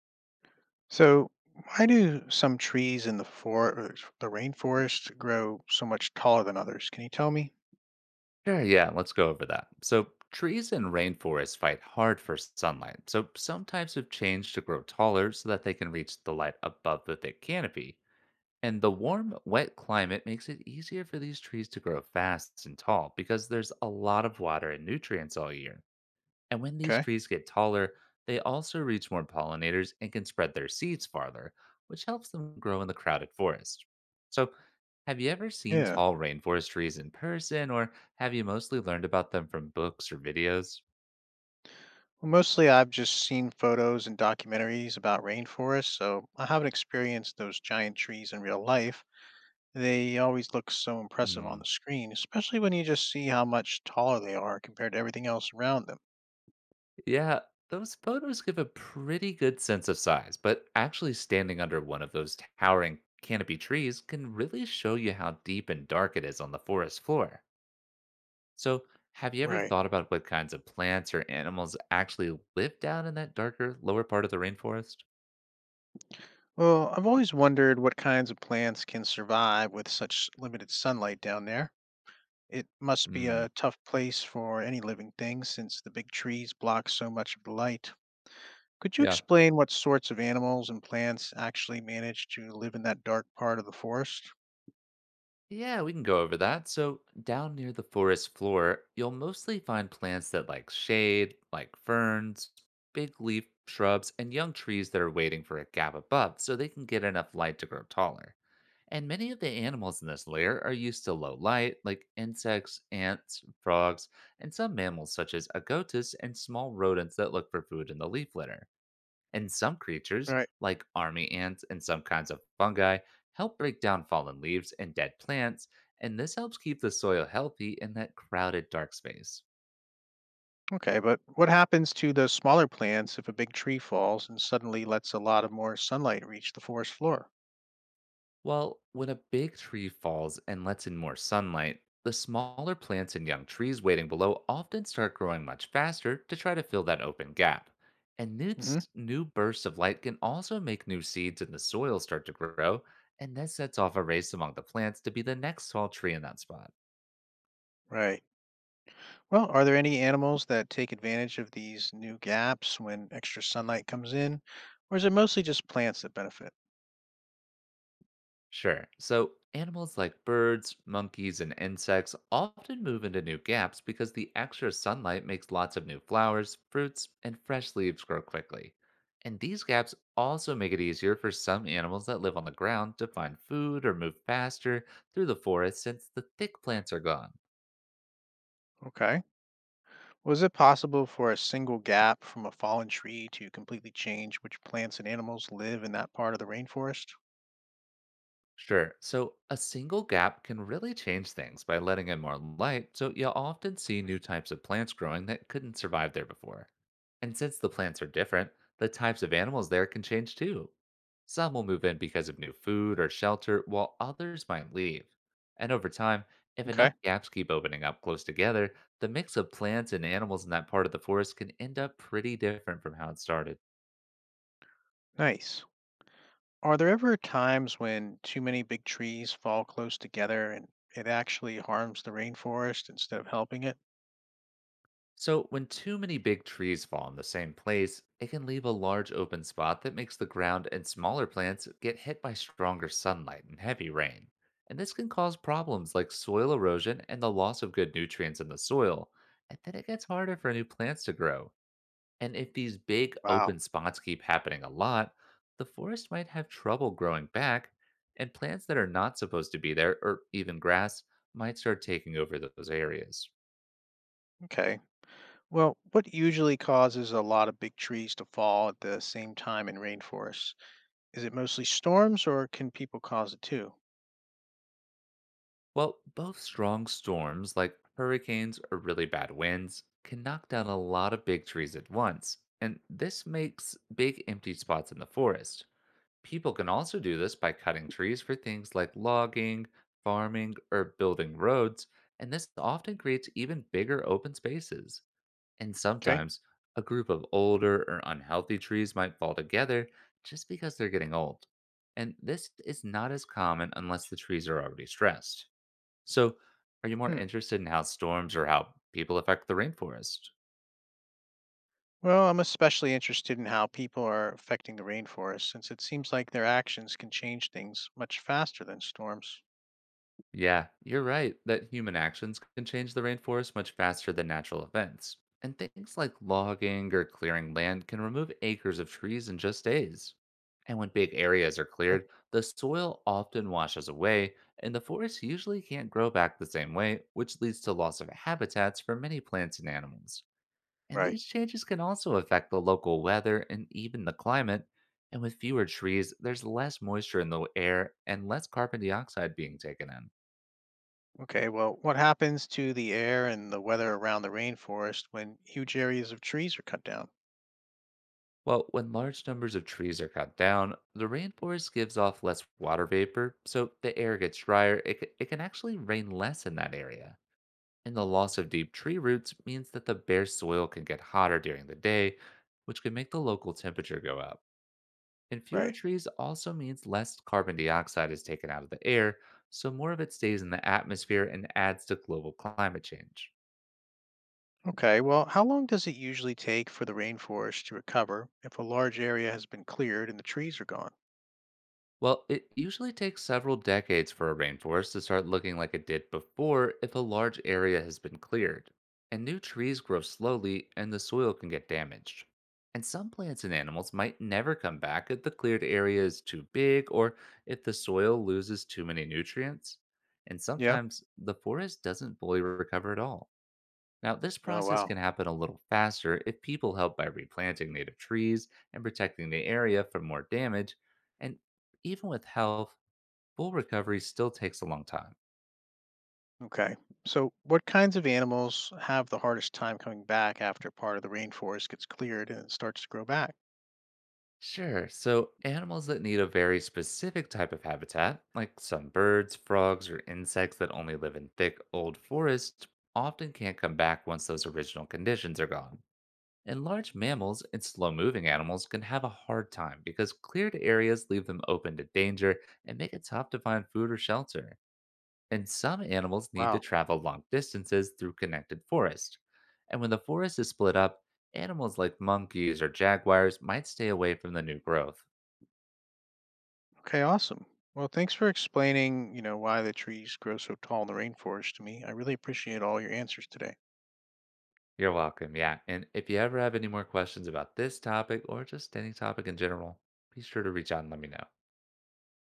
So, why do some trees in the forest, the rainforest, grow so much taller than others? Can you tell me? Sure, yeah, let's go over that. So, trees and rainforests fight hard for sunlight, so some types have changed to grow taller so that they can reach the light above the thick canopy. And the warm, wet climate makes it easier for these trees to grow fast and tall because there's a lot of water and nutrients all year. And when these Okay. trees get taller, they also reach more pollinators and can spread their seeds farther, which helps them grow in the crowded forest. So, have you ever seen Yeah. tall rainforest trees in person, or have you mostly learned about them from books or videos? Well, mostly I've just seen photos and documentaries about rainforests, so I haven't experienced those giant trees in real life. They always look so impressive on Hmm. the screen, especially when you just see how much taller they are compared to everything else around them. Yeah, those photos give a pretty good sense of size, but actually standing under one of those towering canopy trees can really show you how deep and dark it is on the forest floor. So, have you ever Right. thought about what kinds of plants or animals actually live down in that darker, lower part of the rainforest? Well, I've always wondered what kinds of plants can survive with such limited sunlight down there. It must be Hmm. a tough place for any living thing since the big trees block so much of the light. Could you Yeah. explain what sorts of animals and plants actually manage to live in that dark part of the forest? Yeah, we can go over that. So, down near the forest floor, you'll mostly find plants that like shade, like ferns, big leaf shrubs, and young trees that are waiting for a gap above so they can get enough light to grow taller. And many of the animals in this layer are used to low light, like insects, ants, frogs, and some mammals such as agotas and small rodents that look for food in the leaf litter. And some creatures, Right. like army ants and some kinds of fungi, help break down fallen leaves and dead plants, and this helps keep the soil healthy in that crowded dark space. Okay, but what happens to the smaller plants if a big tree falls and suddenly lets a lot of more sunlight reach the forest floor? Well, when a big tree falls and lets in more sunlight, the smaller plants and young trees waiting below often start growing much faster to try to fill that open gap. And hmm new bursts of light can also make new seeds in the soil start to grow, and this sets off a race among the plants to be the next tall tree in that spot. Right. Well, are there any animals that take advantage of these new gaps when extra sunlight comes in, or is it mostly just plants that benefit? Sure. So, animals like birds, monkeys, and insects often move into new gaps because the extra sunlight makes lots of new flowers, fruits, and fresh leaves grow quickly. And these gaps also make it easier for some animals that live on the ground to find food or move faster through the forest since the thick plants are gone. Okay. Was it possible for a single gap from a fallen tree to completely change which plants and animals live in that part of the rainforest? Sure. So a single gap can really change things by letting in more light, so you'll often see new types of plants growing that couldn't survive there before. And since the plants are different, the types of animals there can change too. Some will move in because of new food or shelter, while others might leave. And over time, if Okay, enough gaps keep opening up close together, the mix of plants and animals in that part of the forest can end up pretty different from how it started. nice. Are there ever times when too many big trees fall close together and it actually harms the rainforest instead of helping it? So, when too many big trees fall in the same place, it can leave a large open spot that makes the ground and smaller plants get hit by stronger sunlight and heavy rain. And this can cause problems like soil erosion and the loss of good nutrients in the soil. And then it gets harder for new plants to grow. And if these big open Wow. spots keep happening a lot, the forest might have trouble growing back, and plants that are not supposed to be there, or even grass, might start taking over those areas. Okay. Well, what usually causes a lot of big trees to fall at the same time in rainforests? Is it mostly storms or can people cause it too? Well, both strong storms like hurricanes or really bad winds can knock down a lot of big trees at once, and this makes big empty spots in the forest. People can also do this by cutting trees for things like logging, farming, or building roads, and this often creates even bigger open spaces. And Okay. sometimes a group of older or unhealthy trees might fall together just because they're getting old. And this is not as common unless the trees are already stressed. So, are you more Hmm. interested in how storms or how people affect the rainforest? Well, I'm especially interested in how people are affecting the rainforest since it seems like their actions can change things much faster than storms. Yeah, you're right that human actions can change the rainforest much faster than natural events. And things like logging or clearing land can remove acres of trees in just days. And when big areas are Eh, cleared, the soil often washes away, and the forest usually can't grow back the same way, which leads to loss of habitats for many plants and animals. And Right. these changes can also affect the local weather and even the climate. And with fewer trees, there's less moisture in the air and less carbon dioxide being taken in. Okay, well, what happens to the air and the weather around the rainforest when huge areas of trees are cut down? Well, when large numbers of trees are cut down, the rainforest gives off less water vapor, so the air gets drier. It can actually rain less in that area. And the loss of deep tree roots means that the bare soil can get hotter during the day, which can make the local temperature go up. And fewer Right. trees also means less carbon dioxide is taken out of the air, so more of it stays in the atmosphere and adds to global climate change. Okay, well, how long does it usually take for the rainforest to recover if a large area has been cleared and the trees are gone? Well, it usually takes several decades for a rainforest to start looking like it did before if a large area has been cleared. And new trees grow slowly and the soil can get damaged. And some plants and animals might never come back if the cleared area is too big or if the soil loses too many nutrients. And Yeah. sometimes the forest doesn't fully recover at all. Now, this Oh, process wow. can happen a little faster if people help by replanting native trees and protecting the area from more damage. And even with health, full recovery still takes a long time. Okay. So, what kinds of animals have the hardest time coming back after part of the rainforest gets cleared and it starts to grow back? Sure, so animals that need a very specific type of habitat, like some birds, frogs, or insects that only live in thick, old forests, often can't come back once those original conditions are gone. And large mammals and slow moving animals can have a hard time because cleared areas leave them open to danger and make it tough to find food or shelter. And some animals need to Wow. travel long distances through connected forest. And when the forest is split up, animals like monkeys or jaguars might stay away from the new growth. Okay, awesome. Well, thanks for explaining, why the trees grow so tall in the rainforest to me. I really appreciate all your answers today. You're welcome, yeah. And if you ever have any more questions about this topic or just any topic in general, be sure to reach out and let me know.